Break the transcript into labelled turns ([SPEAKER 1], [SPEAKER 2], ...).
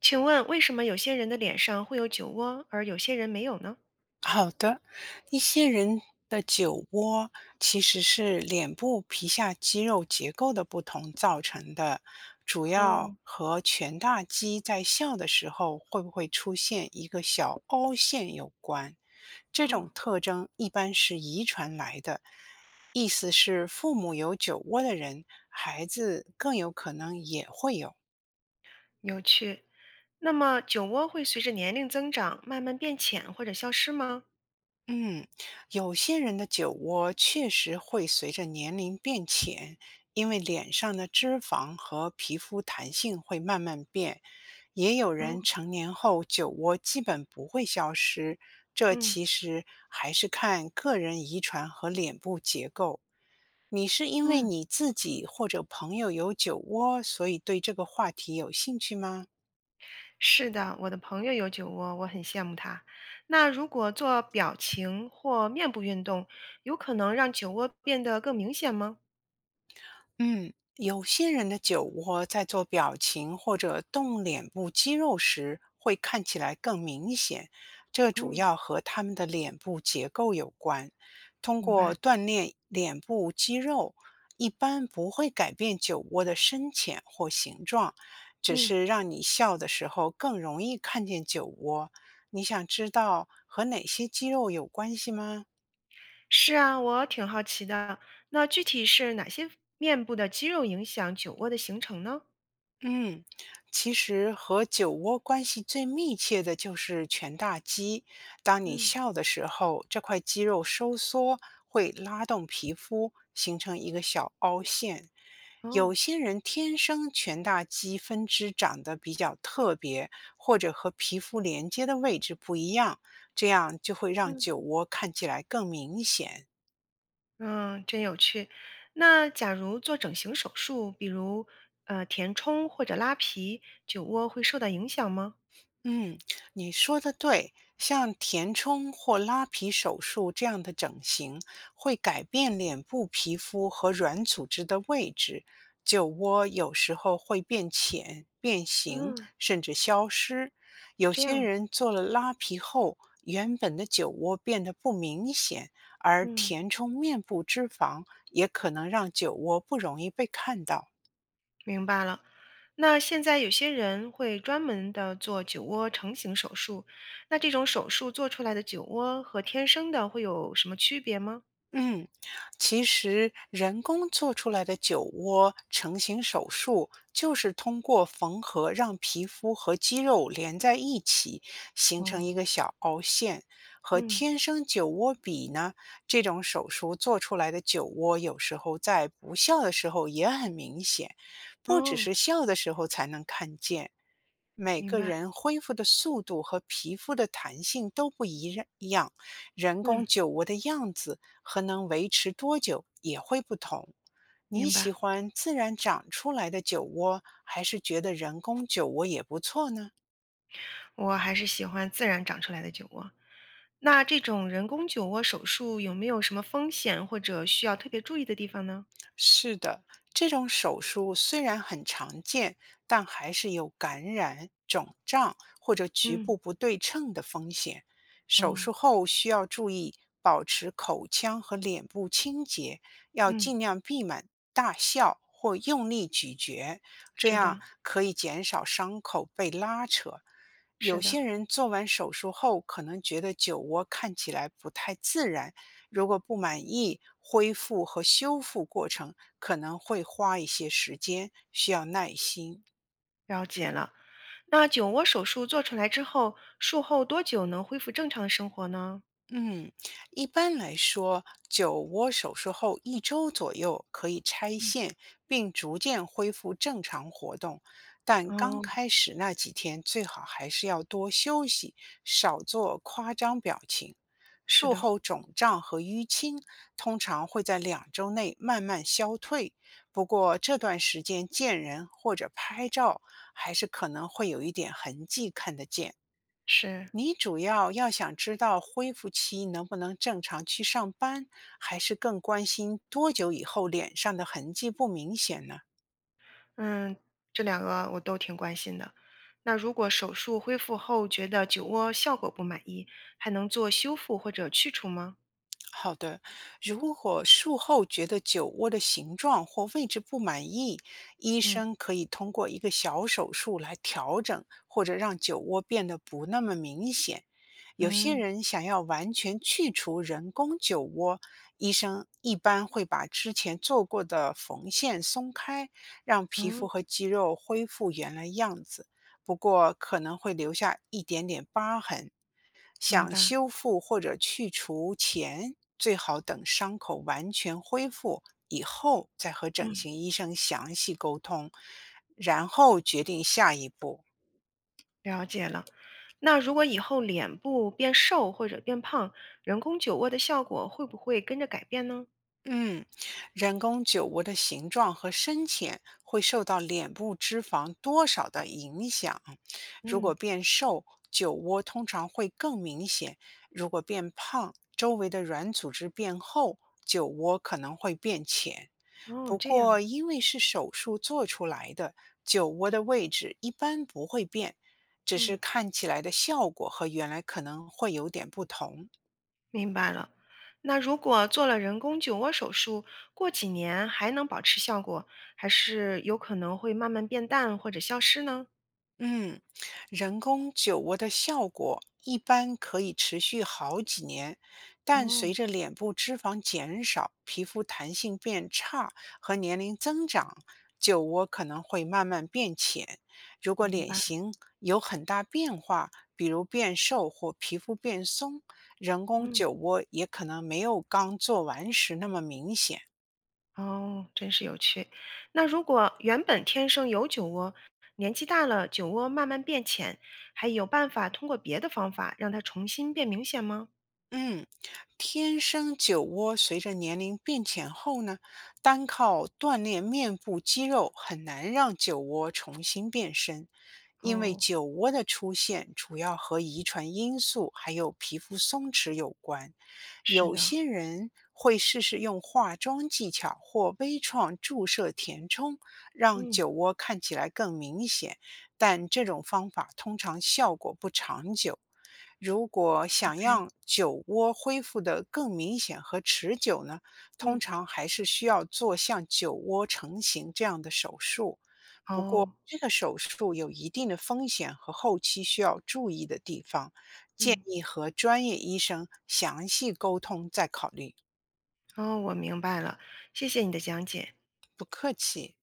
[SPEAKER 1] 请问为什么有些人的脸上会有酒窝，而有些人没有呢？
[SPEAKER 2] 好的，一些人的酒窝其实是脸部皮下肌肉结构的不同造成的，主要
[SPEAKER 1] 哦
[SPEAKER 2] 和颧大肌在笑的时候会不会出现一个小凹陷有关。这
[SPEAKER 1] 哦，
[SPEAKER 2] 种特征一般是遗传来的，意思是父母有酒窝的人，孩子更有可能也会有。
[SPEAKER 1] 有趣。那么酒窝会随着年龄增长慢慢变浅或者消失吗？
[SPEAKER 2] 嗯，有些人的酒窝确实会随着年龄变浅，因为脸上的脂肪和皮肤弹性会慢慢变。也有
[SPEAKER 1] 哦，
[SPEAKER 2] 人成年后酒窝基本不会消失，这
[SPEAKER 1] 嗯
[SPEAKER 2] 其实还是看个人遗传和脸部结构。你是因为
[SPEAKER 1] 嗯，
[SPEAKER 2] 你自己或者朋友有酒窝，所以对这个话题有兴趣吗？
[SPEAKER 1] 是的，我的朋友有酒窝，我很羡慕他。那如果做表情或面部运动，有可能让酒窝变得更明显吗？
[SPEAKER 2] 嗯，有些人的酒窝在做表情或者动脸部肌肉时会看起来更明显，这主
[SPEAKER 1] 嗯，
[SPEAKER 2] 要和他们的脸部结构有关。通
[SPEAKER 1] 明
[SPEAKER 2] 过
[SPEAKER 1] 白。
[SPEAKER 2] 锻炼脸部肌肉，一般不会改变酒窝的深浅或形状，只
[SPEAKER 1] 嗯，
[SPEAKER 2] 是让你笑的时候更容易看见酒窝。你想知道和哪些肌肉有关系吗？
[SPEAKER 1] 是啊，我挺好奇的。那具体是哪些面部的肌肉影响酒窝的形成呢？
[SPEAKER 2] 嗯，其实和酒窝关系最密切的就是颧大肌。当你
[SPEAKER 1] 嗯。
[SPEAKER 2] 笑的时候，这块肌肉收缩会拉动皮肤，形成一个小凹陷。有
[SPEAKER 1] 哦，
[SPEAKER 2] 些人天生颧大肌分支长得比较特别，或者和皮肤连接的位置不一样，这样就会让
[SPEAKER 1] 嗯，
[SPEAKER 2] 酒窝看起来更明显。
[SPEAKER 1] 嗯，真有趣。那假如做整形手术，比如填充或者拉皮，酒窝会受到影响吗？
[SPEAKER 2] 嗯，你说的对，像填充或拉皮手术这样的整形，会改变脸部皮肤和软组织的位置，酒窝有时候会变浅、变形，
[SPEAKER 1] 嗯，
[SPEAKER 2] 甚至消失。
[SPEAKER 1] 是
[SPEAKER 2] 有
[SPEAKER 1] 这
[SPEAKER 2] 些
[SPEAKER 1] 样，
[SPEAKER 2] 人做了拉皮后，原本的酒窝变得不明显，而
[SPEAKER 1] 嗯，
[SPEAKER 2] 填充面部脂肪也可能让酒窝不容易被看到。
[SPEAKER 1] 明白了。那现在有些人会专门的做酒窝成型手术，那这种手术做出来的酒窝和天生的会有什么区别吗？
[SPEAKER 2] 嗯，其实人工做出来的酒窝成型手术，就是通过缝合让皮肤和肌肉连在一起，形成一
[SPEAKER 1] 哦，
[SPEAKER 2] 个小凹陷。和
[SPEAKER 1] 嗯，
[SPEAKER 2] 天生酒窝比呢，这种手术做出来的酒窝有时候在不笑的时候也很明显，不只
[SPEAKER 1] 哦，
[SPEAKER 2] 是笑的时候才能看见。每
[SPEAKER 1] 明
[SPEAKER 2] 个
[SPEAKER 1] 白，
[SPEAKER 2] 人恢复的速度和皮肤的弹性都不一样，人
[SPEAKER 1] 嗯，
[SPEAKER 2] 工酒窝的样子和能维持多久也会不同。你
[SPEAKER 1] 明白。
[SPEAKER 2] 喜欢自然长出来的酒窝，还是觉得人工酒窝也不错呢？
[SPEAKER 1] 我还是喜欢自然长出来的酒窝。那这种人工酒窝手术有没有什么风险或者需要特别注意的地方呢？
[SPEAKER 2] 是的，这种手术虽然很常见，但还是有感染、肿胀或者局
[SPEAKER 1] 嗯，
[SPEAKER 2] 部不对称的风险。手术
[SPEAKER 1] 哦，
[SPEAKER 2] 后需要注意保持口腔和脸部清洁，要
[SPEAKER 1] 嗯，
[SPEAKER 2] 尽量避免大笑或用力咀嚼，这
[SPEAKER 1] 是
[SPEAKER 2] 样
[SPEAKER 1] 的，
[SPEAKER 2] 可以减少伤口被拉扯。
[SPEAKER 1] 是
[SPEAKER 2] 有
[SPEAKER 1] 的，
[SPEAKER 2] 些人做完手术后可能觉得酒窝看起来不太自然，如果不满意，恢复和修复过程可能会花一些时间，需要耐心。
[SPEAKER 1] 了解了。那酒窝手术做出来之后，术后多久能恢复正常的生活呢？
[SPEAKER 2] 嗯，一般来说，酒窝手术后一周左右可以拆线，并逐渐恢复正常活动。但刚
[SPEAKER 1] 哦，
[SPEAKER 2] 开始那几天，最好还是要多休息，少做夸张表情。
[SPEAKER 1] 是
[SPEAKER 2] 术
[SPEAKER 1] 的，
[SPEAKER 2] 后肿胀和淤青通常会在两周内慢慢消退，不过这段时间见人或者拍照，还是可能会有一点痕迹看得见。
[SPEAKER 1] 是，
[SPEAKER 2] 你主要要想知道恢复期能不能正常去上班，还是更关心多久以后脸上的痕迹不明显呢？
[SPEAKER 1] 嗯，这两个我都挺关心的。那如果手术恢复后觉得酒窝效果不满意，还能做修复或者去除吗？
[SPEAKER 2] 好的，如果术后觉得酒窝的形状或位置不满意，医
[SPEAKER 1] 嗯
[SPEAKER 2] 生可以通过一个小手术来调整，或者让酒窝变得不那么明显。有些
[SPEAKER 1] 嗯
[SPEAKER 2] 人想要完全去除人工酒窝，医生一般会把之前做过的缝线松开，让皮肤
[SPEAKER 1] 嗯，
[SPEAKER 2] 和肌肉恢复原来样子。不过可能会留下一点点疤痕。
[SPEAKER 1] 明
[SPEAKER 2] 想
[SPEAKER 1] 白。
[SPEAKER 2] 修复或者去除前，最好等伤口完全恢复以后再和整形
[SPEAKER 1] 嗯。
[SPEAKER 2] 医生详细沟通，然后决定下一步。
[SPEAKER 1] 了解了。那如果以后脸部变瘦或者变胖，人工酒窝的效果会不会跟着改变呢？
[SPEAKER 2] 嗯，人工酒窝的形状和深浅会受到脸部脂肪多少的影响。如果
[SPEAKER 1] 嗯，
[SPEAKER 2] 变瘦，酒窝通常会更明显；如果变胖，周围的软组织变厚，酒窝可能会变浅。
[SPEAKER 1] 哦，
[SPEAKER 2] 不
[SPEAKER 1] 这样，
[SPEAKER 2] 过，因为是手术做出来的，酒窝的位置一般不会变，只是
[SPEAKER 1] 嗯，
[SPEAKER 2] 看起来的效果和原来可能会有点不同。
[SPEAKER 1] 明白了。那如果做了人工酒窝手术，过几年还能保持效果，还是有可能会慢慢变淡或者消失呢？
[SPEAKER 2] 嗯，人工酒窝的效果一般可以持续好几年，但随
[SPEAKER 1] 哦，
[SPEAKER 2] 着脸部脂肪减少、皮肤弹性变差和年龄增长，酒窝可能会慢慢变浅。如果
[SPEAKER 1] 明
[SPEAKER 2] 脸
[SPEAKER 1] 白，
[SPEAKER 2] 型有很大变化，比如变瘦或皮肤变松，人工
[SPEAKER 1] 嗯。
[SPEAKER 2] 酒窝也可能没有刚做完时那么明显。
[SPEAKER 1] 哦，真是有趣。那如果原本天生有酒窝，年纪大了酒窝慢慢变浅，还有办法通过别的方法让它重新变明显吗？
[SPEAKER 2] 嗯，天生酒窝随着年龄变浅后呢，单靠锻炼面部肌肉很难让酒窝重新变深，因为
[SPEAKER 1] 哦，
[SPEAKER 2] 酒窝的出现主要和遗传因素还有皮肤松弛有关。
[SPEAKER 1] 是
[SPEAKER 2] 有
[SPEAKER 1] 的，
[SPEAKER 2] 些人会试试用化妆技巧或微创注射填充，让
[SPEAKER 1] 嗯
[SPEAKER 2] 酒窝看起来更明显。但这种方法通常效果不长久。如果想
[SPEAKER 1] ，OK，
[SPEAKER 2] 让酒窝恢复得更明显和持久呢，通
[SPEAKER 1] 嗯，
[SPEAKER 2] 常还是需要做像酒窝成型这样的手术。不过，
[SPEAKER 1] 哦，
[SPEAKER 2] 这个手术有一定的风险和后期需要注意的地方，建
[SPEAKER 1] 嗯，
[SPEAKER 2] 议和专业医生详细沟通再考虑。
[SPEAKER 1] 哦，我明白了，谢谢你的讲解。
[SPEAKER 2] 不客气。